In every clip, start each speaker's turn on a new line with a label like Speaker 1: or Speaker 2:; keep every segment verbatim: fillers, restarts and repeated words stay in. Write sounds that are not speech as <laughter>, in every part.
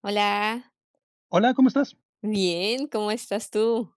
Speaker 1: Hola,
Speaker 2: Hola, ¿cómo estás?
Speaker 1: bien, ¿cómo estás tú?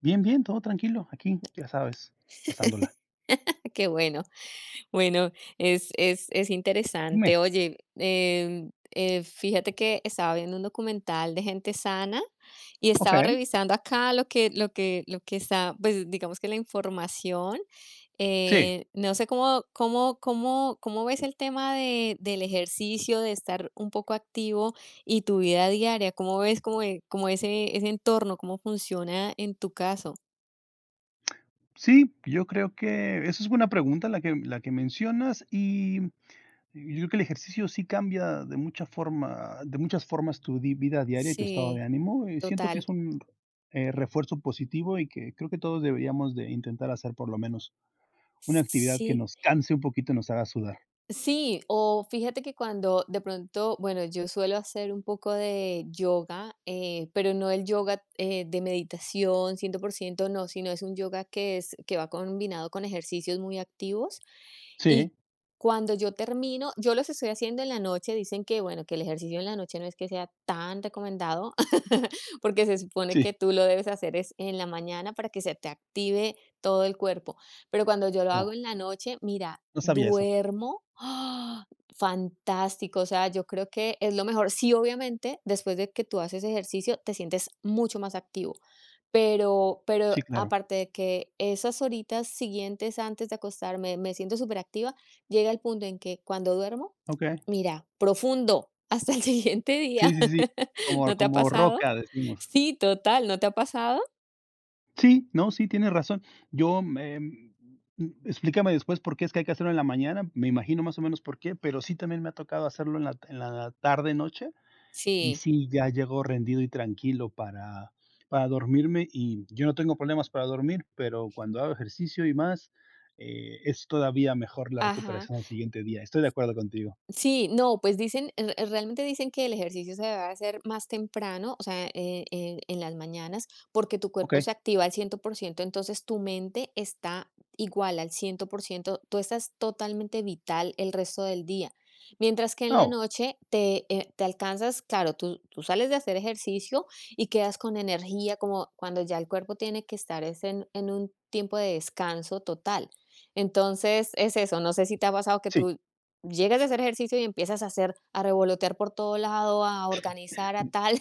Speaker 2: Bien, bien, todo tranquilo, aquí, ya sabes, pasándola.
Speaker 1: <laughs> Qué bueno. Bueno, es, es, es
Speaker 2: Dime.
Speaker 1: interesante. Oye, em, eh, fíjate que estaba viendo un documental de gente sana y estaba
Speaker 2: Okey.
Speaker 1: revisando acá lo que, lo que, lo que está, pues digamos que la información.
Speaker 2: Sí,
Speaker 1: Eh, no sé cómo, cómo, cómo, cómo ves el tema de, del ejercicio, de estar un poco activo y tu vida diaria. ¿Cómo ves como, e- como ese, ese entorno, cómo funciona en tu caso?
Speaker 2: sí, yo creo que esa es buena pregunta la que la que mencionas, y yo creo que el ejercicio sí cambia de mucha forma de muchas formas tu di vida diaria y tu estado de
Speaker 1: Sí,
Speaker 2: ánimo, y siento que es
Speaker 1: total.
Speaker 2: un, eh, refuerzo positivo y que creo que todos deberíamos de intentar hacer por lo menos una actividad que
Speaker 1: Sí.
Speaker 2: nos canse un poquito y nos haga sudar.
Speaker 1: Sí, o fíjate que cuando de pronto, bueno, yo suelo hacer un poco de yoga, eh, pero no el yoga, eh, de meditación cien por ciento, no, sino es un yoga que es que va combinado con ejercicios muy activos.
Speaker 2: Sí,
Speaker 1: Y cuando yo termino, yo los estoy haciendo en la noche, dicen que, bueno, que el ejercicio en la noche no es que sea tan recomendado, <laughs> porque se supone que
Speaker 2: sí.
Speaker 1: tú lo debes hacer es en la mañana para que se te active todo el cuerpo. Pero cuando yo lo hago
Speaker 2: Oh,
Speaker 1: en la noche, mira,
Speaker 2: no sabía eso.
Speaker 1: duermo, ¡ah!, fantástico. O sea, yo creo que es lo mejor. Sí, obviamente, después de que tú haces ejercicio, te sientes mucho más activo, pero pero
Speaker 2: Sí, claro.
Speaker 1: aparte de que esas horitas siguientes antes de acostarme me siento superactiva, llega el punto en que cuando duermo,
Speaker 2: Okey.
Speaker 1: mira, profundo, hasta el <laughs> siguiente día.
Speaker 2: Sí, sí, sí,
Speaker 1: <laughs>
Speaker 2: como
Speaker 1: ¿No te ha
Speaker 2: como
Speaker 1: pasado?
Speaker 2: roca, decimos.
Speaker 1: Sí, total, ¿no te ha pasado?
Speaker 2: Sí, no, sí, tienes razón. Yo, em, explícame después por qué es que hay que hacerlo en la mañana, me imagino más o menos por qué, pero sí también me ha tocado hacerlo en la en la tarde, noche, y
Speaker 1: Sí.
Speaker 2: sí, ya llego rendido y tranquilo para para dormirme, y yo no tengo problemas para dormir, pero cuando hago ejercicio y más, eh, es todavía mejor la
Speaker 1: Ajá.
Speaker 2: recuperación al siguiente día. Estoy de acuerdo contigo.
Speaker 1: Sí, no, pues dicen, re- realmente dicen que el ejercicio se debe hacer más temprano, o sea, eh, en, en las mañanas, porque tu cuerpo
Speaker 2: Okey.
Speaker 1: se activa al cien por ciento, entonces tu mente está igual al cien por ciento, tú estás totalmente vital el resto del día. Mientras que en la
Speaker 2: Oh,
Speaker 1: noche te, eh, te alcanzas, claro, tú, tú sales de hacer ejercicio y quedas con energía, como cuando ya el cuerpo tiene que estar es en en un tiempo de descanso total. Entonces, es eso, no sé si te ha pasado que
Speaker 2: sí.
Speaker 1: tú llegas a hacer ejercicio y empiezas a hacer a revolotear por todo lado, a organizar, a tal.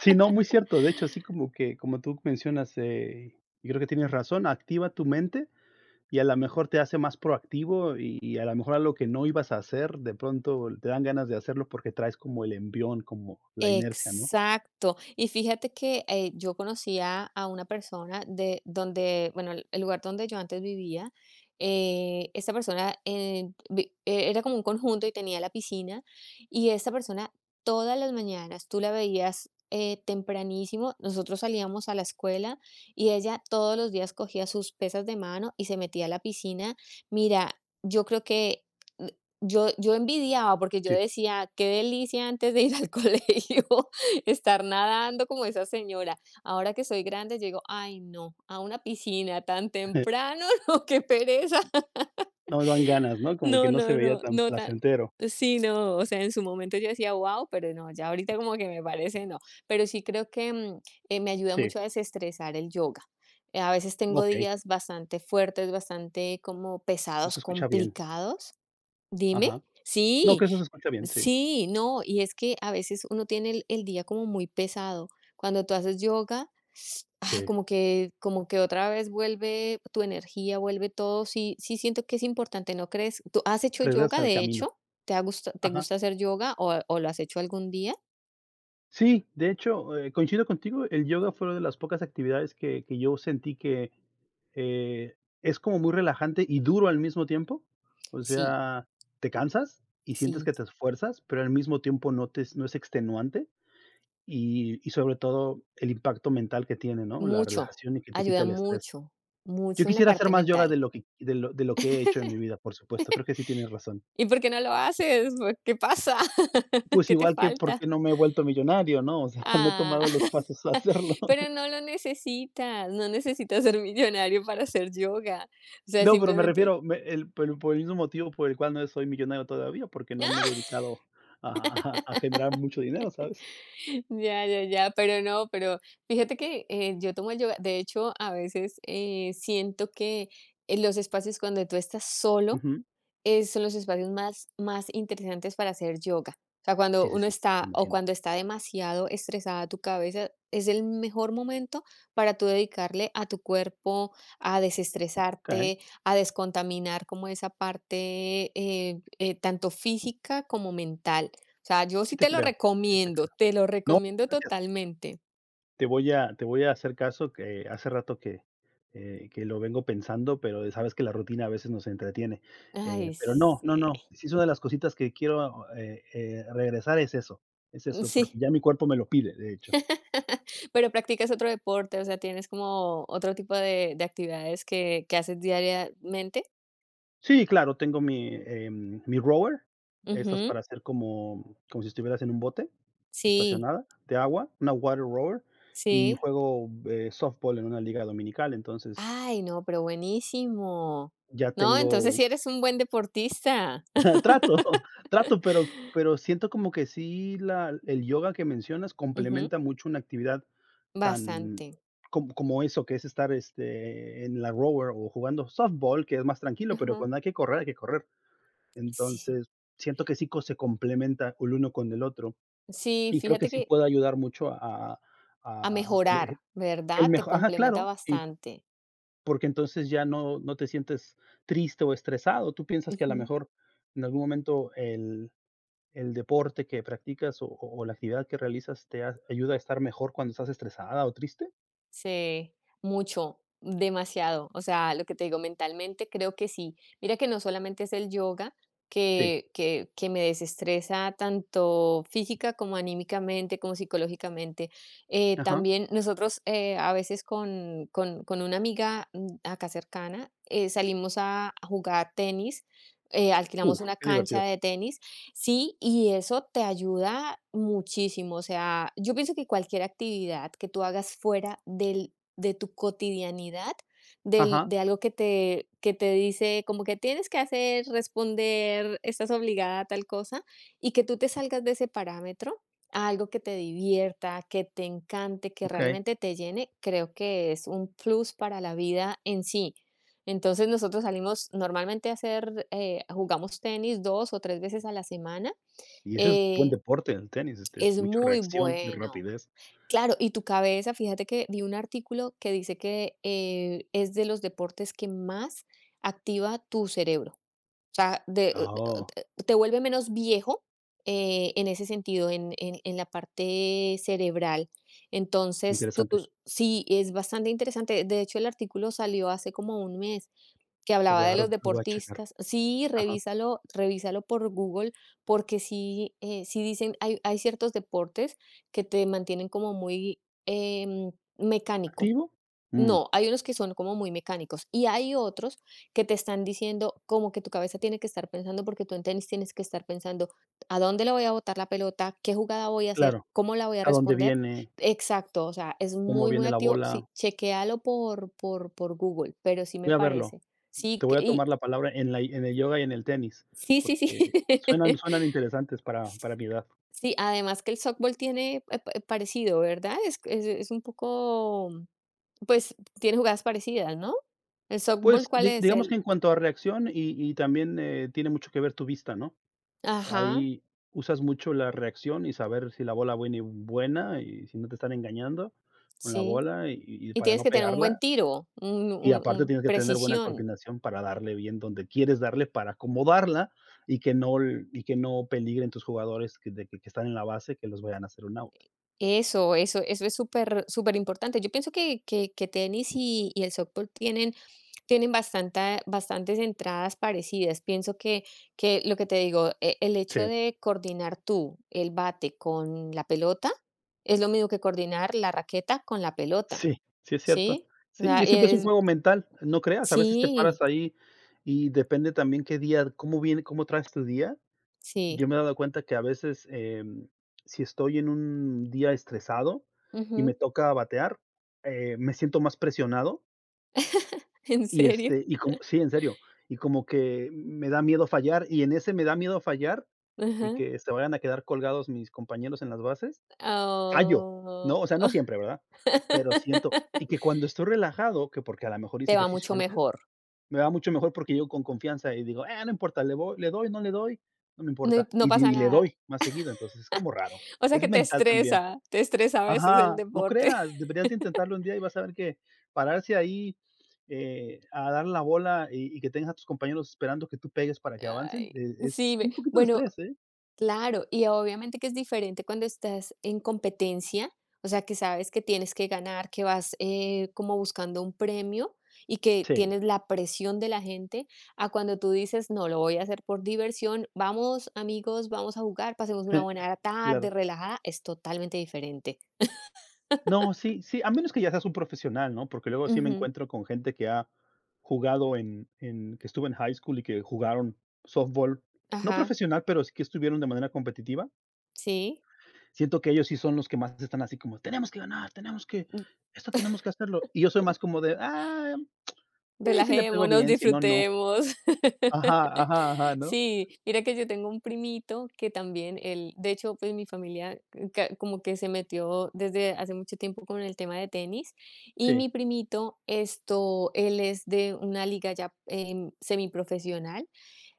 Speaker 2: Sí, no, muy cierto. De hecho, así como que, como tú mencionas, eh, y creo que tienes razón, activa tu mente y a lo mejor te hace más proactivo y, y a lo mejor algo que no ibas a hacer, de pronto te dan ganas de hacerlo porque traes como el envión, como la inercia, ¿no?
Speaker 1: Exacto. Y fíjate que, eh, yo conocía a una persona de donde, bueno, el el lugar donde yo antes vivía, eh, esta persona eh, vi- eh, era como un conjunto y tenía la piscina, y esta persona, todas las mañanas, tú la veías, eh, tempranísimo, nosotros salíamos a la escuela y ella todos los días cogía sus pesas de mano y se metía a la piscina. Mira, yo creo que yo yo envidiaba, porque yo
Speaker 2: Sí.
Speaker 1: decía: "Qué delicia antes de ir al <laughs> colegio estar nadando como esa señora". Ahora que soy grande, yo digo: "Ay, no, a una piscina tan
Speaker 2: <laughs>
Speaker 1: temprano, <laughs> no, qué pereza".
Speaker 2: No dan ganas, ¿no? Como
Speaker 1: No,
Speaker 2: que no se
Speaker 1: no,
Speaker 2: veía
Speaker 1: no,
Speaker 2: tan
Speaker 1: no tan,
Speaker 2: placentero.
Speaker 1: sí, no, o sea, en su momento yo decía: wow, pero no, ya ahorita como que me parece no. Pero sí creo que, mm, eh, me ayuda
Speaker 2: Sí,
Speaker 1: mucho a desestresar el yoga. Eh, a veces tengo
Speaker 2: okey,
Speaker 1: días bastante fuertes, bastante como pesados,
Speaker 2: eso escucha bien.
Speaker 1: complicados. Dime.
Speaker 2: Ajá. No,
Speaker 1: Sí,
Speaker 2: que eso se escucha bien, sí,
Speaker 1: sí, no, y es que a veces uno tiene el el día como muy pesado. Cuando tú haces yoga, <laughs> ah,
Speaker 2: sí,
Speaker 1: como que como que otra vez vuelve tu energía, vuelve todo. Sí, sí siento que es importante, ¿no crees? ¿Tú has hecho
Speaker 2: regresas
Speaker 1: yoga,
Speaker 2: al
Speaker 1: de
Speaker 2: camino.
Speaker 1: hecho? ¿Te ha gusta te
Speaker 2: Ajá.
Speaker 1: gusta hacer yoga o o lo has hecho algún día?
Speaker 2: Sí, de hecho, eh, coincido contigo, el yoga fue una de las pocas actividades que que yo sentí que, eh, es como muy relajante y duro al mismo tiempo. O
Speaker 1: Sí,
Speaker 2: sea, te cansas y sientes
Speaker 1: sí,
Speaker 2: que te esfuerzas, pero al mismo tiempo no te es no es extenuante y y sobre todo el impacto mental que tiene, ¿no? La
Speaker 1: mucho.
Speaker 2: relajación y que te quita
Speaker 1: Ayuda
Speaker 2: el estrés.
Speaker 1: mucho,
Speaker 2: Yo
Speaker 1: mucho en la
Speaker 2: quisiera hacer
Speaker 1: parte
Speaker 2: más yoga
Speaker 1: mental.
Speaker 2: de lo que de lo de lo que he hecho en mi vida, por supuesto, creo que sí tienes razón.
Speaker 1: ¿Y por qué no lo haces? ¿Por qué pasa? <laughs>
Speaker 2: Pues
Speaker 1: ¿Qué te
Speaker 2: igual que por
Speaker 1: falta?
Speaker 2: qué no me he vuelto millonario, ¿no? O sea, <laughs> no he
Speaker 1: Ah.
Speaker 2: tomado los pasos a hacerlo.
Speaker 1: Pero no lo necesitas, no necesitas ser millonario para hacer yoga. O sea,
Speaker 2: No, pero me
Speaker 1: simplemente
Speaker 2: refiero, me el pero por el mismo motivo por el cual no soy millonario todavía, porque no me he
Speaker 1: <laughs>
Speaker 2: dedicado a a a generar mucho dinero, ¿sabes?
Speaker 1: ya, ya, ya, pero no, pero fíjate que, eh, yo tomo el yoga. De hecho, a veces, eh, siento que en los espacios cuando tú estás solo,
Speaker 2: Ujú.
Speaker 1: eh, son los espacios más, más interesantes para hacer yoga. O sea,
Speaker 2: Sí,
Speaker 1: cuando
Speaker 2: sí,
Speaker 1: uno
Speaker 2: sí, me
Speaker 1: está, o
Speaker 2: imagino.
Speaker 1: cuando está demasiado estresada tu cabeza, es el mejor momento para tú dedicarle a tu cuerpo, a
Speaker 2: Okey,
Speaker 1: desestresarte, a descontaminar como esa parte, eh, eh, tanto física como mental. O sea, yo sí
Speaker 2: sí te
Speaker 1: te lo
Speaker 2: creo, sí te
Speaker 1: recomiendo,
Speaker 2: creo.
Speaker 1: te lo
Speaker 2: No,
Speaker 1: recomiendo
Speaker 2: gracias.
Speaker 1: totalmente.
Speaker 2: Te voy a te voy a hacer caso, que hace rato que, eh, que lo vengo pensando, pero sabes que la rutina a veces nos entretiene. Eh,
Speaker 1: Ay,
Speaker 2: pero no, no,
Speaker 1: sí.
Speaker 2: no, sí es una de las cositas que quiero, eh eh, regresar es eso, es eso, porque
Speaker 1: Sí.
Speaker 2: ya mi cuerpo me lo pide, de hecho.
Speaker 1: <laughs> Pero practicas otro deporte, o sea, tienes como otro tipo de, de actividades que, que haces diariamente.
Speaker 2: Sí, claro, tengo mi, em, mi rower, estas
Speaker 1: Ujú.
Speaker 2: para hacer como como si estuvieras en un bote,
Speaker 1: Sí,
Speaker 2: estacionada, de agua, una water rower, y
Speaker 1: sí.
Speaker 2: juego, eh, softball en una liga dominical, entonces,
Speaker 1: Ay, no, pero buenísimo.
Speaker 2: ya
Speaker 1: No, entonces
Speaker 2: tengo
Speaker 1: sí eres un buen deportista.
Speaker 2: <laughs> trato, <laughs> trato, pero pero siento como que sí la el yoga que mencionas
Speaker 1: <laughs> Ujú.
Speaker 2: complementa mucho una actividad
Speaker 1: Bastante.
Speaker 2: tan como como eso, que es estar, este, en la rower o jugando softball, que es más tranquilo, pero
Speaker 1: Ujú.
Speaker 2: cuando hay que correr, hay que correr.
Speaker 1: Sí, sí.
Speaker 2: Entonces, siento que sí co se complementa el uno con el otro,
Speaker 1: Sí,
Speaker 2: y creo que
Speaker 1: fíjate
Speaker 2: sí
Speaker 1: que
Speaker 2: puede ayudar mucho a
Speaker 1: a
Speaker 2: a elegir
Speaker 1: mejorar,
Speaker 2: el
Speaker 1: ¿verdad? Te
Speaker 2: mejor ajá,
Speaker 1: complementa
Speaker 2: claro, y
Speaker 1: bastante.
Speaker 2: porque entonces ya no no te sientes triste o estresado. Tú piensas que a lo
Speaker 1: Ujú.
Speaker 2: mejor en algún momento el el deporte que practicas o o o la actividad que realizas te ha ayuda a estar mejor cuando estás estresada o triste.
Speaker 1: Sí, mucho, demasiado. O sea, lo que te digo, mentalmente creo que sí. Mira que no solamente es el yoga
Speaker 2: Sí,
Speaker 1: que, que, que me desestresa tanto física como anímicamente, como psicológicamente. Eh,
Speaker 2: ajá.
Speaker 1: también nosotros, eh, a veces con, con, con una amiga, mm, acá cercana, eh, salimos a, a jugar tenis. Eh, alquilamos
Speaker 2: Uf,
Speaker 1: una
Speaker 2: qué
Speaker 1: cancha
Speaker 2: divertido.
Speaker 1: de tenis. Sí, y eso te ayuda muchísimo. O sea, yo pienso que cualquier actividad que tú hagas fuera del, de tu cotidianidad, del,
Speaker 2: Ajá,
Speaker 1: de algo que te, que te dice como que tienes que hacer, responder, estás obligada a tal cosa, y que tú te salgas de ese parámetro a algo que te divierta, que te encante, que
Speaker 2: okey.
Speaker 1: realmente te llene, creo que es un plus para la vida en sí. Entonces nosotros salimos normalmente a hacer, eh, jugamos tenis dos o tres veces a la semana.
Speaker 2: Y ese es buen
Speaker 1: Eh,
Speaker 2: deporte, el tenis, este, es
Speaker 1: es
Speaker 2: mucha
Speaker 1: muy
Speaker 2: reacción y
Speaker 1: bueno.
Speaker 2: rapidez.
Speaker 1: Claro, y tu cabeza, fíjate que vi un artículo que dice que, eh, es de los deportes que más activa tu cerebro. O sea, de-
Speaker 2: Oh,
Speaker 1: te te vuelve menos viejo, eh, en ese sentido, en, en- en la parte cerebral. Entonces, tú,
Speaker 2: interesante.
Speaker 1: sí, es bastante interesante. De hecho, el artículo salió hace como un mes que
Speaker 2: Lo
Speaker 1: hablaba
Speaker 2: voy
Speaker 1: de
Speaker 2: a re
Speaker 1: los
Speaker 2: lo voy a checar.
Speaker 1: deportistas. Sí,
Speaker 2: Ajá.
Speaker 1: revísalo revísalo por Google, porque sí, eh, sí dicen, hay hay ciertos deportes que te mantienen como muy, em, mecánico.
Speaker 2: ¿Activo? Mm.
Speaker 1: No, hay unos que son como muy mecánicos y hay otros que te están diciendo como que tu cabeza tiene que estar pensando, porque tú en tenis tienes que estar pensando a dónde le voy a botar la pelota, qué jugada voy a hacer,
Speaker 2: Claro.
Speaker 1: cómo la voy a
Speaker 2: ¿A dónde
Speaker 1: responder.
Speaker 2: viene?
Speaker 1: Exacto, o sea, es
Speaker 2: ¿Cómo
Speaker 1: muy, muy
Speaker 2: viene la
Speaker 1: activo.
Speaker 2: bola?
Speaker 1: Sí, chequéalo por, por, por Google, pero sí me
Speaker 2: Voy a verlo.
Speaker 1: parece. Sí,
Speaker 2: Te
Speaker 1: que-
Speaker 2: voy a
Speaker 1: y,
Speaker 2: tomar la palabra en la en el yoga y en el tenis,
Speaker 1: sí, sí, sí.
Speaker 2: porque suenan
Speaker 1: <laughs>
Speaker 2: suenan interesantes para para mi edad.
Speaker 1: Sí, además que el softball tiene, eh, pa- parecido, ¿verdad? Es, es, es un poco, pues tiene jugadas parecidas, ¿no? ¿El softball
Speaker 2: Pues,
Speaker 1: cuál
Speaker 2: di
Speaker 1: es?
Speaker 2: digamos que en cuanto a reacción y y también, eh, tiene mucho que ver tu vista, ¿no?
Speaker 1: Ajá,
Speaker 2: Ahí usas mucho la reacción y saber si la bola viene buena y si no te están engañando con la
Speaker 1: sí.
Speaker 2: bola y y
Speaker 1: Y
Speaker 2: para
Speaker 1: tienes
Speaker 2: no
Speaker 1: que tener un buen
Speaker 2: pegarla.
Speaker 1: tiro, un
Speaker 2: Y
Speaker 1: un
Speaker 2: aparte
Speaker 1: un
Speaker 2: tienes que tener buena
Speaker 1: precisión.
Speaker 2: coordinación para darle bien donde quieres darle, para acomodarla y que no l y que no peligren tus jugadores que de que que están en la base, que los vayan a hacer un out.
Speaker 1: Eso, eso, eso es súper súper importante. Yo pienso que que que tenis y y el softball tienen tienen bastante, bastantes entradas parecidas. Pienso que que lo que te digo, e el
Speaker 2: Sí,
Speaker 1: hecho de coordinar tú el bate con la pelota, es lo mismo que coordinar la raqueta con la pelota,
Speaker 2: sí, sí es cierto.
Speaker 1: ¿sí? O
Speaker 2: Sí,
Speaker 1: sea,
Speaker 2: y siempre es un
Speaker 1: es
Speaker 2: juego mental, no creas, a veces te
Speaker 1: sí,
Speaker 2: paras ahí y depende también qué día, cómo viene, cómo traes tu día.
Speaker 1: sí.
Speaker 2: Yo me he dado cuenta que a veces, em, si estoy en un día estresado y me
Speaker 1: Ujú.
Speaker 2: toca batear, eh, me siento más presionado.
Speaker 1: <laughs> ¿En
Speaker 2: Y,
Speaker 1: serio?
Speaker 2: este, y como sí, en serio, y como que me da miedo fallar, y en ese me da miedo fallar, y
Speaker 1: Ajá.
Speaker 2: que se vayan a quedar colgados mis compañeros en las bases, fallo, ¿no? O sea, no
Speaker 1: Oh.
Speaker 2: siempre, ¿verdad? Pero siento y que
Speaker 1: <laughs>
Speaker 2: cuando estoy relajado, que porque a lo mejor
Speaker 1: Te
Speaker 2: hice
Speaker 1: va
Speaker 2: ejercicio
Speaker 1: mucho
Speaker 2: antes,
Speaker 1: mejor.
Speaker 2: me va mucho mejor porque llego con confianza y digo: "Ah, no importa, le voy le doy, no le doy, no me
Speaker 1: No
Speaker 2: importa",
Speaker 1: no
Speaker 2: y
Speaker 1: pasa
Speaker 2: y le
Speaker 1: nada.
Speaker 2: doy más seguido, entonces es como raro,
Speaker 1: O sea
Speaker 2: es
Speaker 1: que te
Speaker 2: mental también.
Speaker 1: estresa, te estresa a veces el
Speaker 2: Ajá, no
Speaker 1: deporte.
Speaker 2: creas, deberías de
Speaker 1: <laughs>
Speaker 2: intentarlo un día y vas a ver que pararse ahí, eh, a dar la bola y y que tengas a tus compañeros esperando que tú pegues para que avancen,
Speaker 1: Ay,
Speaker 2: eh,
Speaker 1: sí,
Speaker 2: es
Speaker 1: me,
Speaker 2: un poquito de
Speaker 1: bueno,
Speaker 2: estrés, ¿eh?
Speaker 1: claro, y obviamente que es diferente cuando estás en competencia, o sea, que sabes que tienes que ganar, que vas, eh, como buscando un premio y que
Speaker 2: Sí.
Speaker 1: tienes la presión de la gente, a cuando tú dices, no, lo voy a hacer por diversión, vamos amigos, vamos a jugar, pasemos una buena
Speaker 2: <laughs>
Speaker 1: tarde,
Speaker 2: Claro.
Speaker 1: relajada, es totalmente diferente.
Speaker 2: No, sí, sí, a menos que ya seas un profesional, ¿no? Porque luego sí me
Speaker 1: Ujú,
Speaker 2: encuentro con gente que ha jugado en en que estuvo en high school y que jugaron softball, no
Speaker 1: ajá,
Speaker 2: profesional, pero sí que estuvieron de manera competitiva.
Speaker 1: sí,
Speaker 2: Siento que ellos sí son los que más están así como: "Tenemos que ganar, tenemos que esto tenemos que hacerlo". Y yo soy más como de: "Ah, Eh, sí, si le pego
Speaker 1: relajémonos,
Speaker 2: bien, si no, no".
Speaker 1: disfrutemos. <laughs>
Speaker 2: Ajá, ajá, ajá, ¿no?
Speaker 1: Sí, mira que yo tengo un primito que también él, de hecho, pues mi familia, eh, ca- como que se metió desde hace mucho tiempo con el tema de tenis, y mi
Speaker 2: Sí.
Speaker 1: primito, esto, él es de una liga ya, em, semiprofesional.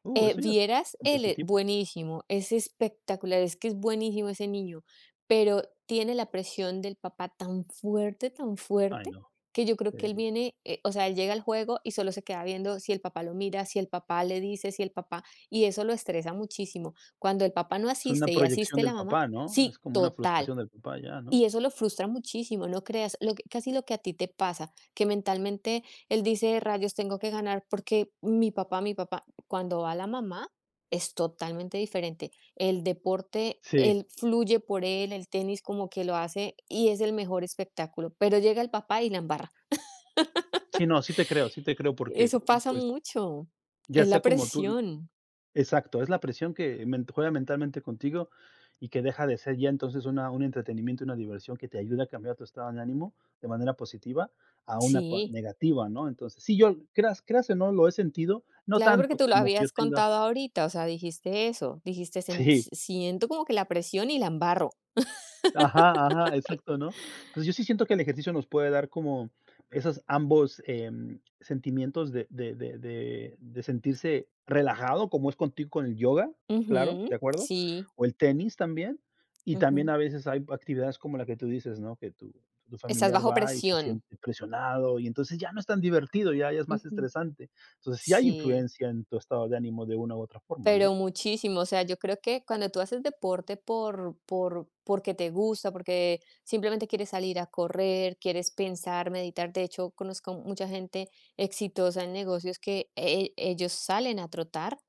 Speaker 2: Uh,
Speaker 1: eh,
Speaker 2: eso ya es
Speaker 1: Vieras, él e
Speaker 2: competitivo.
Speaker 1: buenísimo, es espectacular, es que es buenísimo ese niño, pero tiene la presión del papá tan fuerte, tan
Speaker 2: Ay,
Speaker 1: fuerte,
Speaker 2: no.
Speaker 1: que yo creo
Speaker 2: Sí.
Speaker 1: que él viene, eh, o sea, él llega al juego y solo se queda viendo si el papá lo mira, si el papá le dice, si el papá, y eso lo estresa muchísimo. Cuando el papá no
Speaker 2: Es una
Speaker 1: asiste y
Speaker 2: proyección
Speaker 1: asiste la
Speaker 2: del
Speaker 1: mamá,
Speaker 2: papá, ¿no? Es
Speaker 1: sí,
Speaker 2: como una
Speaker 1: total,
Speaker 2: frustración del papá ya, ¿no?
Speaker 1: y eso lo frustra muchísimo, no creas, lo que casi lo que a ti te pasa, que mentalmente él dice: "Rayos, tengo que ganar", porque mi papá mi papá, cuando va la mamá, es totalmente diferente. El deporte,
Speaker 2: Sí.
Speaker 1: él fluye por él, el tenis como que lo hace y es el mejor espectáculo, pero llega el papá y la embarra.
Speaker 2: Sí, no, sí te creo, sí te creo porque,
Speaker 1: Eso
Speaker 2: co
Speaker 1: pasa
Speaker 2: pues,
Speaker 1: mucho,
Speaker 2: ya
Speaker 1: es la
Speaker 2: sea como tú
Speaker 1: presión.
Speaker 2: exacto, es la presión que men juega mentalmente contigo y que deja de ser ya entonces una un entretenimiento, una diversión que te ayuda a cambiar tu estado de ánimo de manera positiva a una pa
Speaker 1: Sí,
Speaker 2: negativa, ¿no? Entonces, sí, yo creas creas o no, lo he sentido, no
Speaker 1: claro, porque
Speaker 2: tanto
Speaker 1: tú lo
Speaker 2: como que yo
Speaker 1: habías
Speaker 2: tenga.
Speaker 1: contado ahorita, o sea, dijiste eso, dijiste: "Sen si,
Speaker 2: Sí,
Speaker 1: siento como que la presión y la embarro".
Speaker 2: ajá, ajá, exacto, ¿no? Entonces, yo sí siento que el ejercicio nos puede dar como esos ambos, em, sentimientos de de de de de sentirse relajado, como es contigo con el yoga, claro, ¿de
Speaker 1: Ujú,
Speaker 2: acuerdo?
Speaker 1: sí,
Speaker 2: O el tenis también, y también
Speaker 1: ujú.
Speaker 2: a veces hay actividades como la que tú dices, ¿no? Que tu tu
Speaker 1: Estás
Speaker 2: familiar
Speaker 1: bajo
Speaker 2: va y se
Speaker 1: presión.
Speaker 2: siente presionado, y entonces ya no es tan divertido, ya ya es más
Speaker 1: Ujú,
Speaker 2: estresante. Entonces, sí hay
Speaker 1: sí.
Speaker 2: influencia en tu estado de ánimo de una u otra forma, ¿no?
Speaker 1: Pero muchísimo, o sea, yo creo que cuando tú haces deporte, por, por, porque te gusta, porque simplemente quieres salir a correr, quieres pensar, meditar. De hecho, conozco mucha gente exitosa en negocios que e- ellos salen a trotar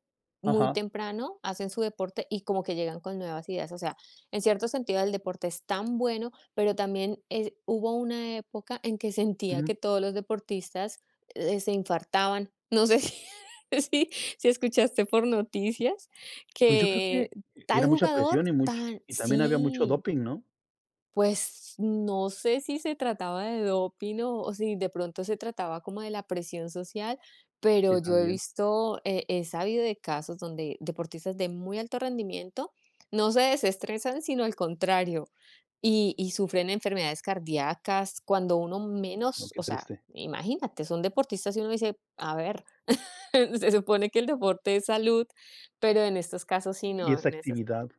Speaker 1: muy
Speaker 2: Ajá.
Speaker 1: temprano, hacen su deporte y como que llegan con nuevas ideas. O sea, en cierto sentido el deporte es tan bueno, pero también es- hubo una época en que sentía que todos los deportistas, eh, se infartaban. No sé si, <laughs> si escuchaste por noticias
Speaker 2: Pues yo creo
Speaker 1: que
Speaker 2: que
Speaker 1: tal
Speaker 2: era mucha
Speaker 1: jugador,
Speaker 2: presión y mucho
Speaker 1: tan,
Speaker 2: y también había mucho
Speaker 1: sí,
Speaker 2: doping, ¿no?
Speaker 1: pues no sé si se trataba de doping o, o si de pronto se trataba como de la presión social, pero
Speaker 2: Sí,
Speaker 1: yo he
Speaker 2: también.
Speaker 1: visto, eh, he sabido de casos donde deportistas de muy alto rendimiento no se desestresan, sino al contrario, y, y sufren enfermedades cardíacas cuando uno
Speaker 2: No,
Speaker 1: menos,
Speaker 2: qué
Speaker 1: o sea,
Speaker 2: triste.
Speaker 1: imagínate, son deportistas y uno dice, a ver, <laughs> se supone que el deporte es salud, pero en estos casos sí,
Speaker 2: Y
Speaker 1: no,
Speaker 2: esa
Speaker 1: en estos,
Speaker 2: actividad.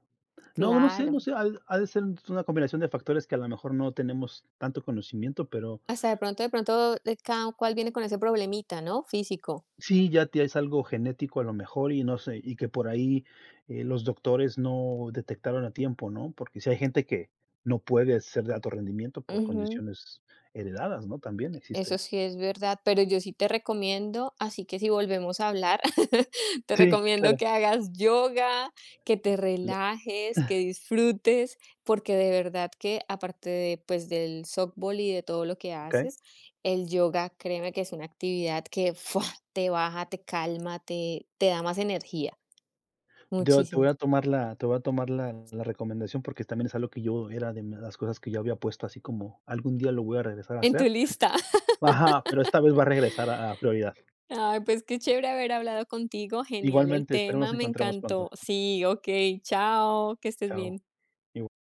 Speaker 2: No, no sé,
Speaker 1: claro.
Speaker 2: no sé, ha ha de ser una combinación de factores que a lo mejor no tenemos tanto conocimiento, pero
Speaker 1: Hasta de pronto de pronto, de cada cual viene con ese problemita, ¿no? Físico.
Speaker 2: sí, ya te es algo genético a lo mejor y no sé, y que por ahí, eh, los doctores no detectaron a tiempo, ¿no? Porque sí hay gente que no puede ser de alto rendimiento por
Speaker 1: Ujú.
Speaker 2: condiciones heredadas, ¿no? También existe
Speaker 1: Eso
Speaker 2: eso.
Speaker 1: sí es verdad, pero yo sí te recomiendo, así que si volvemos a hablar, <laughs> te
Speaker 2: Sí,
Speaker 1: recomiendo
Speaker 2: claro,
Speaker 1: que hagas yoga, que te
Speaker 2: lo
Speaker 1: relajes, que disfrutes, porque de verdad que aparte de, pues, del softball y de todo lo que
Speaker 2: okey.
Speaker 1: haces, el yoga, créeme que es una actividad que ¡fua! Te baja, te calma, te, te da más energía,
Speaker 2: Yo te voy
Speaker 1: muchísimo.
Speaker 2: a tomar la te voy a tomar la la recomendación, porque también es algo que yo era de las cosas que yo había puesto así como algún día lo voy a regresar a
Speaker 1: En tu
Speaker 2: hacer.
Speaker 1: lista. <laughs>
Speaker 2: Ajá, pero esta vez va a regresar a a prioridad.
Speaker 1: Ay, pues qué chévere haber hablado contigo, genial el
Speaker 2: Igualmente, espero nos
Speaker 1: tema, me
Speaker 2: encontremos
Speaker 1: encantó.
Speaker 2: pronto.
Speaker 1: Sí, ok, chao, que estés
Speaker 2: Chao.
Speaker 1: bien.
Speaker 2: Igual.